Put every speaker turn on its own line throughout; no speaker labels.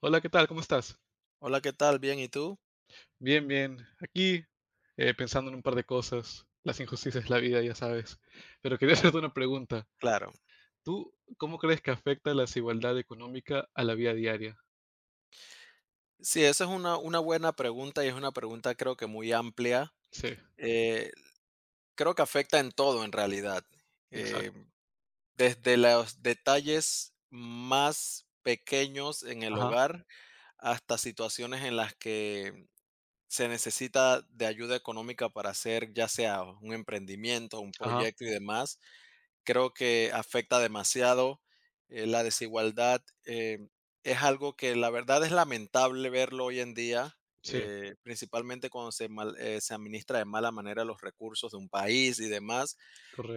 Hola, ¿qué tal? ¿Cómo estás?
Hola, ¿qué tal? Bien, ¿y tú?
Bien, bien. Aquí pensando en un par de cosas, las injusticias de la vida, ya sabes. Pero quería hacerte una pregunta.
Claro.
¿Tú cómo crees que afecta la desigualdad económica a la vida diaria?
Sí, esa es una buena pregunta y es una pregunta creo que muy amplia.
Sí,
Eh, creo que afecta en todo en realidad. Eh,
exacto.
desde los detalles más pequeños en el
Ajá,
hogar hasta situaciones en las que se necesita de ayuda económica para hacer ya sea un emprendimiento, un
ajá.
proyecto y demás. Creo que afecta demasiado la desigualdad. Es algo que la verdad es lamentable verlo hoy en día,
Sí,
principalmente cuando se administra de mala manera los recursos de un país y demás,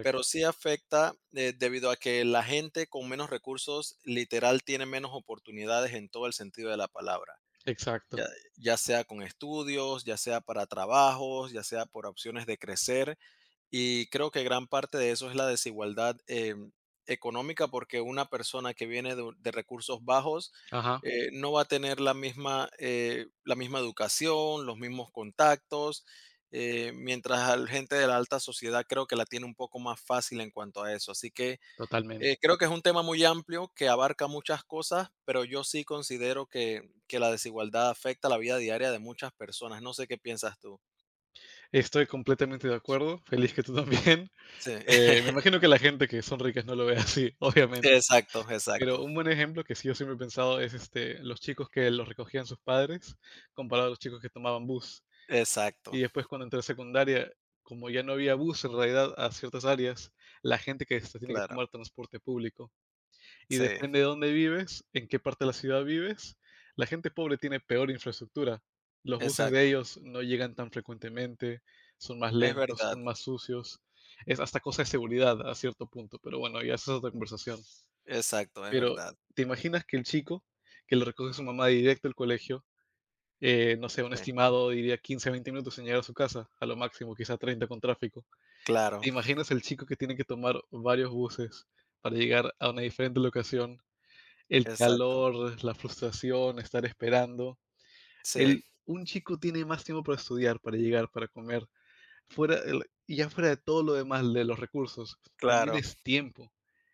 pero sí afecta debido a que la gente con menos recursos literal tiene menos oportunidades en todo el sentido de la palabra.
Exacto.
Ya, ya sea con estudios, ya sea para trabajos, ya sea por opciones de crecer y creo que gran parte de eso es la desigualdad económica, porque una persona que viene de recursos bajos
Ajá,
no va a tener la misma, la misma educación, los mismos contactos, mientras la gente de la alta sociedad creo que la tiene un poco más fácil en cuanto a eso. Así que
totalmente.
creo que es un tema muy amplio que abarca muchas cosas, pero yo sí considero que la desigualdad afecta la vida diaria de muchas personas. No sé qué piensas tú.
Estoy completamente de acuerdo. Feliz que tú también.
Sí,
Me imagino que la gente que son ricas no lo ve así, obviamente.
exacto,
Pero
exacto.
un buen ejemplo que sí yo siempre he pensado es, este, los chicos que los recogían sus padres, comparado a los chicos que tomaban bus.
Exacto,
Y después cuando entré a secundaria, como ya no había bus en realidad a ciertas áreas, la gente que se tiene que
claro.
tomar transporte público. Y
Sí,
depende de dónde vives, en qué parte de la ciudad vives, la gente pobre tiene peor infraestructura. Los buses de
exacto.
ellos no llegan tan frecuentemente, son más
Es
lentos,
verdad,
son más sucios. Es hasta cosa de seguridad a cierto punto, pero bueno, ya esa es otra conversación.
exacto, es
Pero,
verdad.
¿te imaginas que el chico que lo recoge su mamá directo al colegio, no sé, un
Sí,
estimado diría 15, 20 minutos en llegar a su casa, a lo máximo, quizá 30 con tráfico?
claro,
¿Te imaginas el chico que tiene que tomar varios buses para llegar a una diferente locación? El
exacto.
calor, la frustración, estar esperando.
Sí,
El un chico tiene más tiempo para estudiar, para llegar, para comer, fuera el y ya fuera de todo lo demás, de los recursos, también
claro,
es tiempo.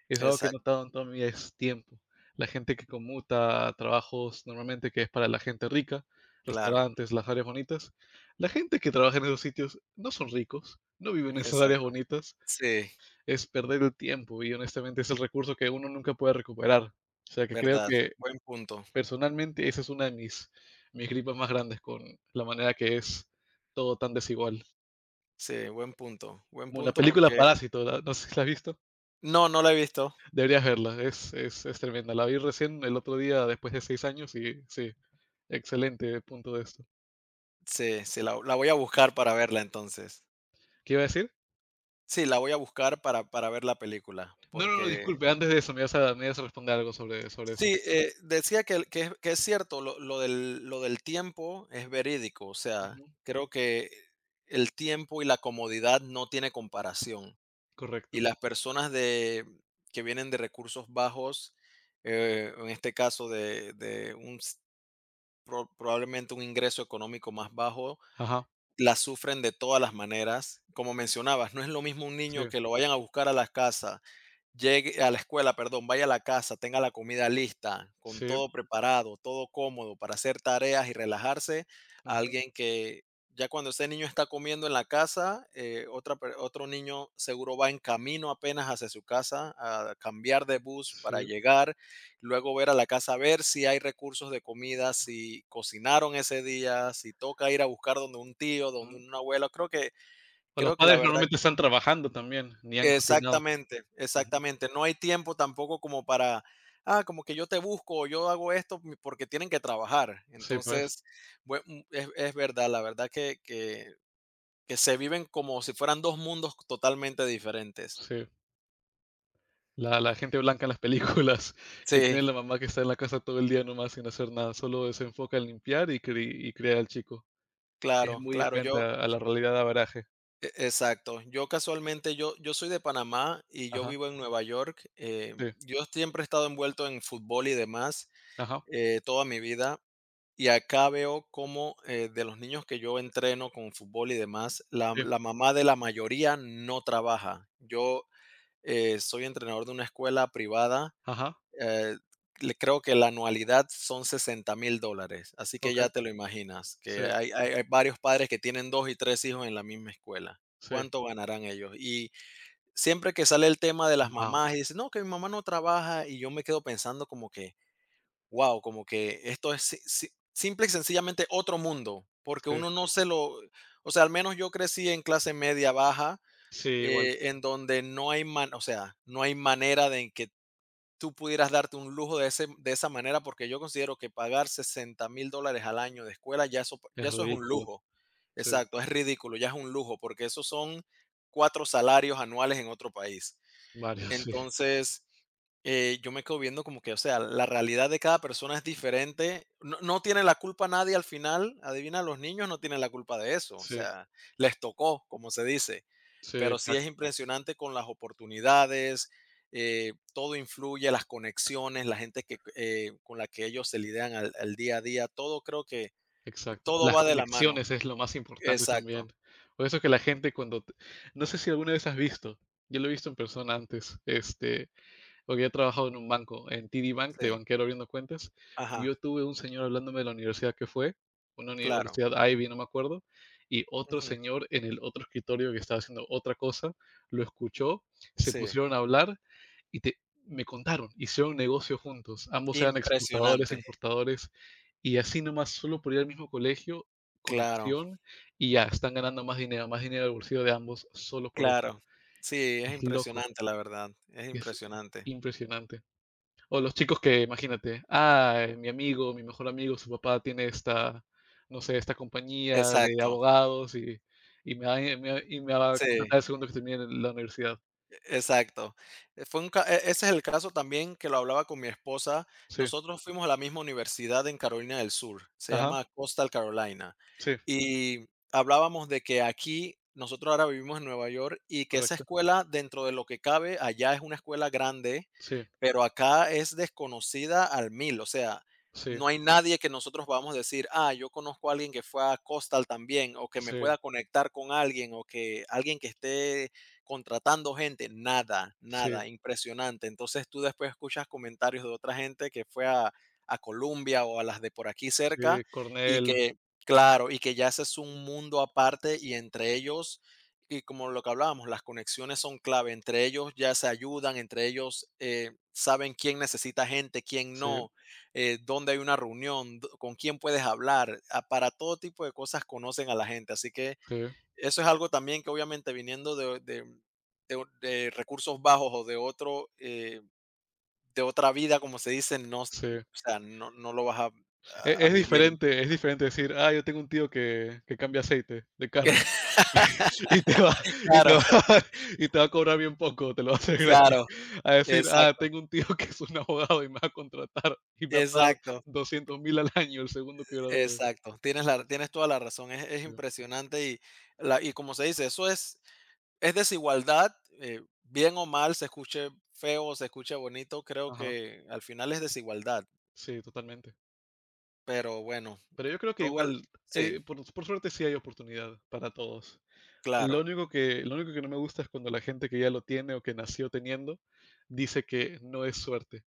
Es algo que he
exacto,
notado en toda mi vida, es tiempo. La gente que conmuta a trabajos normalmente que es para la gente rica,
claro,
restaurantes, las áreas bonitas, la gente que trabaja en esos sitios no son ricos, no viven en esas áreas
exacto.
bonitas,
Sí,
es perder el tiempo y honestamente es el recurso que uno nunca puede recuperar. O sea que creo
verdad.
que
Buen punto.
personalmente esa es una de mis gripas más grandes con la manera que es todo tan desigual.
Sí, buen punto. Buen
Como la
punto
película
porque
Parásito, la no sé si la has visto,
no, no la he visto.
deberías verla, es tremenda. La vi recién el otro día después de 6 años y sí, excelente punto de esto.
Sí, sí, la voy a buscar para verla entonces.
¿Qué iba a decir?
Sí, la voy a buscar para ver la película,
No,
porque.
disculpe, antes de eso me ibas a responder algo sobre eso.
Sí, decía que el que es cierto, lo del tiempo es verídico, o sea,
Ujú,
creo que el tiempo y la comodidad no tiene comparación, y
correcto.
las personas de que vienen de recursos bajos, en este caso de un s probablemente un ingreso económico más bajo,
Ajá,
la sufren de todas las maneras. Como mencionabas, no es lo mismo un niño
sí,
que lo vayan a buscar a la casa, llegue a la escuela, perdón, vaya a la casa, tenga la comida lista, con
sí,
todo preparado, todo cómodo para hacer tareas y relajarse, a
ujú,
alguien que ya cuando ese niño está comiendo en la casa, otro niño seguro va en camino apenas hacia su casa a cambiar de bus para
sí,
llegar, luego ver a la casa, ver si hay recursos de comida, si cocinaron ese día, si toca ir a buscar donde un tío, donde
ujú.
una abuela. Creo que
O los
creo que la
padres
verdad.
normalmente están trabajando también, ni han cocinado.
Exactamente,
Ujú.
exactamente. No hay tiempo tampoco como para, ah, como que yo te busco o yo hago esto porque tienen que trabajar.
Sí, pues,
Entonces, es verdad, la verdad que se viven como si fueran dos mundos totalmente diferentes.
sí. La gente blanca en las películas, que tiene
Sí,
la mamá que está en la casa todo el día nomás sin hacer nada, solo se enfoca en limpiar y criar al chico. Es
claro,
muy
claro,
diferente a la realidad de baraje.
exacto. Yo casualmente, yo soy de Panamá y yo
Ajá,
vivo en Nueva York.
sí,
Yo siempre he estado envuelto en fútbol y demás
ajá,
toda mi vida. Y acá veo cómo, de los niños que yo entreno con fútbol y demás, la
sí,
la mamá de la mayoría no trabaja. Yo, soy entrenador de una escuela privada,
ajá,
eh, le creo que la anualidad son $60,000, así que
okey,
ya te lo imaginas, que
sí,
hay varios padres que tienen 2 y 3 hijos en la misma escuela.
sí,
¿Cuánto ganarán ellos? Y siempre que sale el tema de las
wow,
mamás y dice: "No, que mi mamá no trabaja", y yo me quedo pensando como que wow, como que esto es si si simple y sencillamente otro mundo, porque
sí,
uno no se lo. O sea, al menos yo crecí en clase media baja,
sí, igual,
en donde no hay man o sea, no hay manera de en que tú pudieras darte un lujo de esa manera, porque yo considero que pagar $60,000 al año de escuela,
es
ya eso es un
ridículo,
lujo.
sí,
Exacto, es ridículo, ya es un lujo, porque esos son 4 salarios anuales en otro país.
varios, sí,
Entonces, yo me quedo viendo como que, o sea, la realidad de cada persona es diferente. No, no tiene la culpa nadie al final. Adivina, los niños no tienen la culpa de eso. O
sí,
sea, les tocó, como se dice.
sí,
Pero sí es
exacto,
impresionante con las oportunidades, todo influye, las conexiones, la gente que, con la que ellos se lidian al, al día a día. Todo creo que
exacto.
todo
Las
va de la mano.
conexiones es lo más importante también.
Exacto.
Por eso que la gente cuando t no sé si alguna vez has visto, yo lo he visto en persona antes, este, porque yo he trabajado en un banco, en TD Bank, de
Sí.
banquero abriendo cuentas. Y yo
Ajá.
tuve un señor hablándome de la universidad que fue, una
Claro.
universidad Ivy, no me acuerdo, y otro
Ujú,
señor en el otro escritorio que estaba haciendo otra cosa, lo escuchó, se
sí.
pusieron a hablar y te, me contaron, hicieron un negocio juntos. Ambos eran exportadores,
Impresionante.
importadores, y así nomás, solo por ir al mismo colegio,
Claro.
conexión, y ya están ganando más dinero al bolsillo de ambos, solo por eso.
Claro. Sí, es
Es loco,
impresionante, la verdad, es
es
impresionante.
impresionante. O los chicos que, imagínate, mi amigo, mi mejor amigo, su papá tiene esta, no sé, esta compañía de
Exacto.
abogados y, y me va a
Sí.
contratar el segundo que termine en la universidad.
Exacto. Fue un ca e ese es el caso también que lo hablaba con mi esposa.
Sí,
Nosotros fuimos a la misma universidad en Carolina del Sur, se
ajá,
llama Coastal Carolina,
sí,
y hablábamos de que aquí nosotros ahora vivimos en Nueva York y que esa
correcto.
escuela, dentro de lo que cabe, allá es una escuela grande,
Sí,
pero acá es desconocida al mil. O sea,
sí,
no hay nadie que nosotros vamos a decir: "Ah, yo conozco a alguien que fue a Coastal también", o que me
sí,
pueda conectar con alguien, o que alguien que esté contratando gente, nada,
sí,
nada, impresionante. Entonces tú después escuchas comentarios de otra gente que fue a Colombia o a las de por aquí
sí,
cerca y
Cornell,
que, claro, y que ya ese es un mundo aparte y entre ellos, y como lo que hablábamos, las conexiones son clave, entre ellos ya se ayudan, entre ellos saben quién necesita gente, quién
sí,
no, dónde hay una reunión, con quién puedes hablar, para todo tipo de cosas conocen a la gente, así que
sí,
eso es algo también que obviamente viniendo de de recursos bajos o de otro, de otra vida, como se dice, no. O
sí.
sea, no no lo vas a
E-
a a vivir.
Es diferente decir, ah, yo tengo un tío que cambia aceite de carro. Y te va y te
Claro,
va y te va a cobrar bien poco, te lo va a hacer gratis.
claro,
A decir: "Ah,
exacto,
tengo un tío que es un abogado y me va a contratar y me va a pagar
exacto,
200.000 al año el segundo que gradúe".
exacto. Tienes la
Pues,
tienes toda la razón. Es
pero-
impresionante y la y como se dice, eso es desigualdad, bien o mal, se escuche feo o se escuche bonito, creo
Ajá,
que al final es desigualdad,
sí, totalmente.
pero bueno,
Pero yo creo que
toca el.
igual,
Sí,
por suerte sí hay oportunidad para todos.
claro,
Lo único que no me gusta es cuando la gente que ya lo tiene o que nació teniendo dice que no es suerte.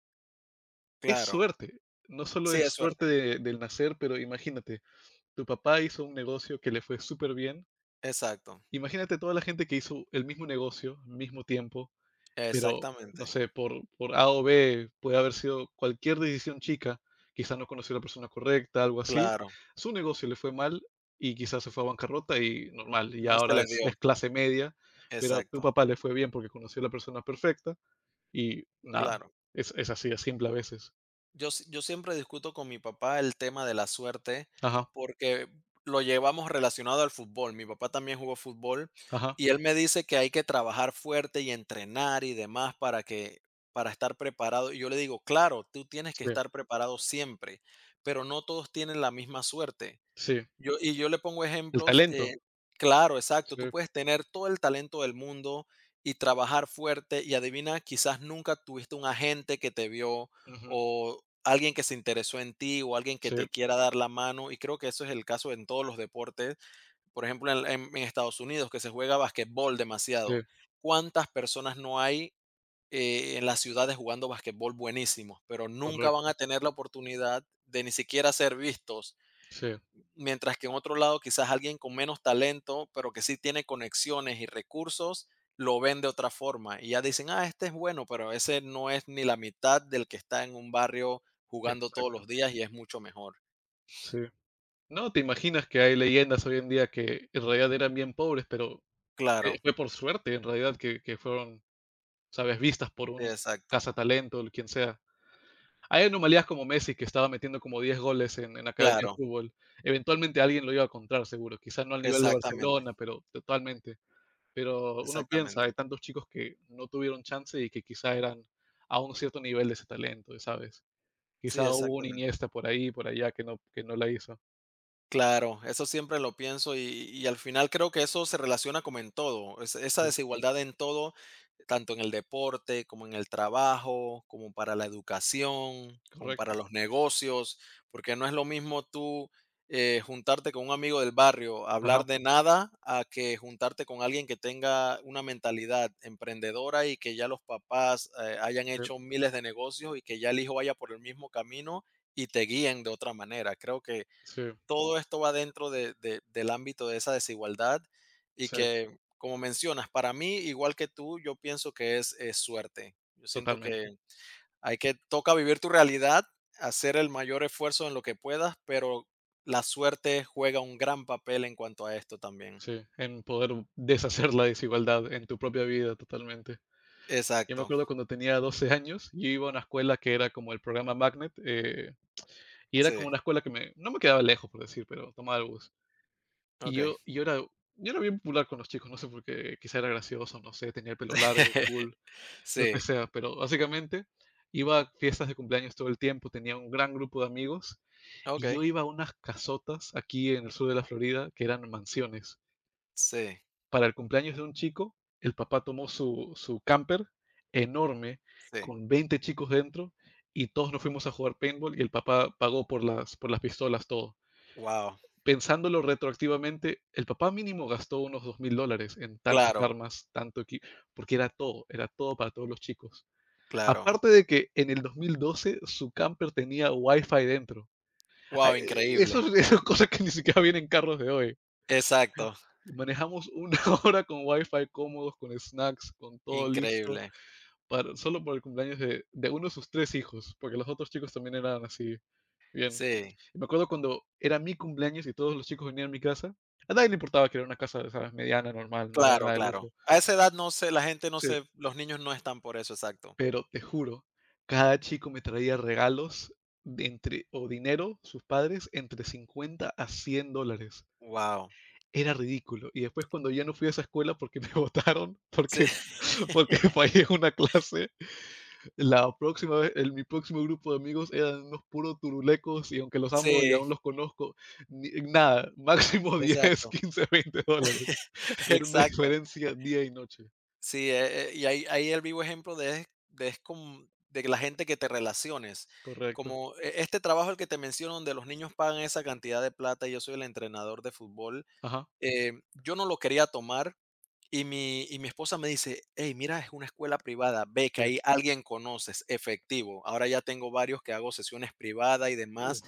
Es
claro.
suerte, no solo
Sí,
es
es
suerte
suerte.
de del nacer, pero imagínate, tu papá hizo un negocio que le fue súper bien.
Exacto,
Imagínate toda la gente que hizo el mismo negocio, al mismo tiempo, pero no
exactamente.
sé, por A o B puede haber sido cualquier decisión chica, quizás no conoció a la persona correcta, algo así.
Claro,
Su negocio le fue mal y quizás se fue a bancarrota y normal, y
no se
ahora
les dio.
es clase media, pero a tu
Exacto,
papá le fue bien porque conoció a la persona perfecta y nada,
claro.
es así, es simple a veces.
Yo siempre discuto con mi papá el tema de la suerte,
Ajá,
porque lo llevamos relacionado al fútbol. Mi papá también jugó fútbol,
ajá,
y él me dice que hay que trabajar fuerte y entrenar y demás para que para estar preparado. Y yo le digo: "Claro, tú tienes que
sí,
estar preparado siempre, pero no todos tienen la misma suerte".
sí.
Yo le pongo
El
ejemplos,
talento.
claro, exacto, tú
Sí,
puedes tener todo el talento del mundo y trabajar fuerte y adivina, quizás nunca tuviste un agente que te vio
ujú,
o alguien que se interesó en ti o alguien que
sí,
te quiera dar la mano, y creo que eso es el caso en todos los deportes. Por ejemplo, en Estados Unidos, que se juega basquetbol
sí.
demasiado. ¿Cuántas personas no hay, en las ciudades jugando basquetbol buenísimos? Pero nunca van
Correcto,
a tener la oportunidad de ni siquiera ser vistos.
sí,
Mientras que en otro lado, quizás alguien con menos talento, pero que sí tiene conexiones y recursos, lo ven de otra forma y ya dicen, ah, este es bueno, pero ese no es ni la mitad del que está en un barrio jugando todos
exacto,
los días y es mucho mejor.
sí. No, te imaginas que hay leyendas hoy en día que en realidad eran bien pobres, pero,
Claro,
fue por suerte en realidad que fueron, sabes, vistas por
sí,
un
exacto.
cazatalento, o quien sea. Hay anomalías como Messi, que estaba metiendo como 10 goles en academia de
Claro,
fútbol. Eventualmente alguien lo iba a encontrar seguro, quizás no al nivel de
exactamente,
Barcelona, pero totalmente. Pero uno piensa, hay
exactamente.
tantos chicos que no tuvieron chance y que quizá eran a un cierto nivel de ese talento, ¿sabes?
Sí,
Quizá hubo una
exactamente.
Iniesta por ahí, por allá que no la hizo.
Claro, eso siempre lo pienso y al final creo que eso se relaciona como en todo, es esa
Sí,
desigualdad en todo, tanto en el deporte, como en el trabajo, como para la educación, como
correcto.
para los negocios, porque no es lo mismo tú, juntarte con un amigo del barrio,
Ajá.
hablar de nada, a que juntarte con alguien que tenga una mentalidad emprendedora y que ya los papás, hayan
Sí,
hecho miles de negocios y que ya el hijo vaya por el mismo camino y te guíen de otra manera. Creo que
sí,
todo esto va dentro del ámbito de esa desigualdad y
sí,
que, como mencionas, para mí, igual que tú, yo pienso que es, suerte. Yo siento que
totalmente.
hay que, toca vivir tu realidad, hacer el mayor esfuerzo en lo que puedas, pero la suerte juega un gran papel en cuanto a esto también.
Sí, en poder deshacer la desigualdad en tu propia vida, totalmente. Yo me
Exacto,
acuerdo cuando tenía 12 años, yo iba a una escuela que era como el programa Magnet, y era
sí,
como una escuela que me no me quedaba lejos, por decir, pero tomaba el bus. Y
ok.
yo era bien popular con los chicos, no sé por qué, quizá era gracioso, no sé, tenía el pelo largo, cool. Lo que
Sí,
sea, pero básicamente iba a fiestas de cumpleaños todo el tiempo, tenía un gran grupo de amigos
ok,
y yo iba a unas casotas aquí en el sur de la Florida que eran mansiones.
sí,
Para el cumpleaños de un chico, el papá tomó su camper enorme
sí.
con 20 chicos dentro y todos nos fuimos a jugar paintball y el papá pagó por por las pistolas todo.
Wow,
Pensándolo retroactivamente, el papá mínimo gastó unos $2.000 en tantas
claro,
armas, tanto equipo, porque era todo para todos los chicos.
claro.
Aparte de que en el 2012 su camper tenía Wi-Fi dentro. Ah, eh,
Wow,
eso,
increíble.
eso es cosa que ni siquiera vienen en carros de hoy.
Exacto,
Manejamos una hora con Wi-Fi cómodos, con snacks, con todo listo,
increíble.
para, solo por el cumpleaños de uno de sus tres hijos, porque los otros chicos también eran así. Bien.
Sí.
Y me acuerdo cuando era mi cumpleaños y todos los chicos venían a mi casa. A nadie le importaba que era una casa, sabes, mediana, normal, no era
Claro,
nada de
claro.
lujo.
A esa edad no sé, la gente no
Sí.
sé, los niños no están por eso, exacto.
Pero te juro, cada chico me traía regalos de entre o dinero, sus padres, entre $50 a $100.
Wow.
Era ridículo. Y después cuando ya no fui a esa escuela porque me votaron,
Sí,
porque porque fallé una clase, la próxima vez el mi próximo grupo de amigos eran unos puros turulecos y aunque los amo y
sí,
aún los conozco, ni nada, máximo 10,
exacto,
15, 20 dólares. Era una
exacto.
diferencia día y noche.
Sí, y ahí el vivo ejemplo de es con de la gente que te relaciones.
Correcto.
Como este trabajo, el que te menciono, donde los niños pagan esa cantidad de plata, y yo soy el entrenador de fútbol,
Ajá,
eh, yo no lo quería tomar. Y mi esposa me dice, hey, mira, es una escuela privada, ve que
sí.
ahí alguien conoces, efectivo. Ahora ya tengo varios que hago sesiones privadas y demás.
Uf,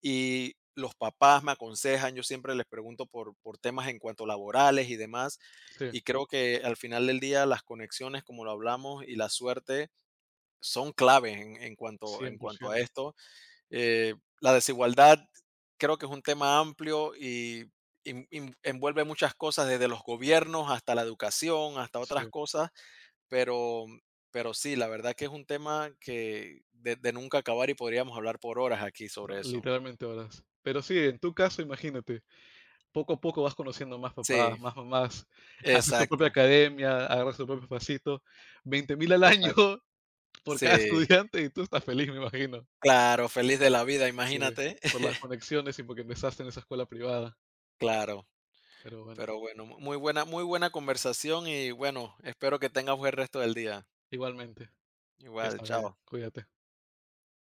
Y los papás me aconsejan, yo siempre les pregunto por temas en cuanto laborales y demás.
sí,
Y creo que al final del día las conexiones, como lo hablamos, y la suerte son claves en, en cuanto, en
cien por
cuanto a
ciento.
esto. Eh, la desigualdad creo que es un tema amplio y envuelve muchas cosas, desde los gobiernos hasta la educación, hasta otras
Sí,
cosas, pero, pero sí, la verdad que es un tema que de nunca acabar y podríamos hablar por horas aquí
no,
sobre eso.
literalmente horas. Pero sí, en tu caso, imagínate, poco a poco vas conociendo más papás,
Sí,
más mamás, haces tu propia
exacto,
academia, agarras tu propio pasito, 20.000 al año
exacto.
por cada
Sí,
estudiante y tú estás feliz, me imagino.
claro, feliz de la vida,
Sí,
imagínate.
por las conexiones y porque empezaste en esa escuela privada,
Claro,
pero bueno,
pero bueno, muy buena conversación y bueno, espero que tengas buen resto del día.
igualmente, ya
Igual,
sabes,
chao.
cuídate.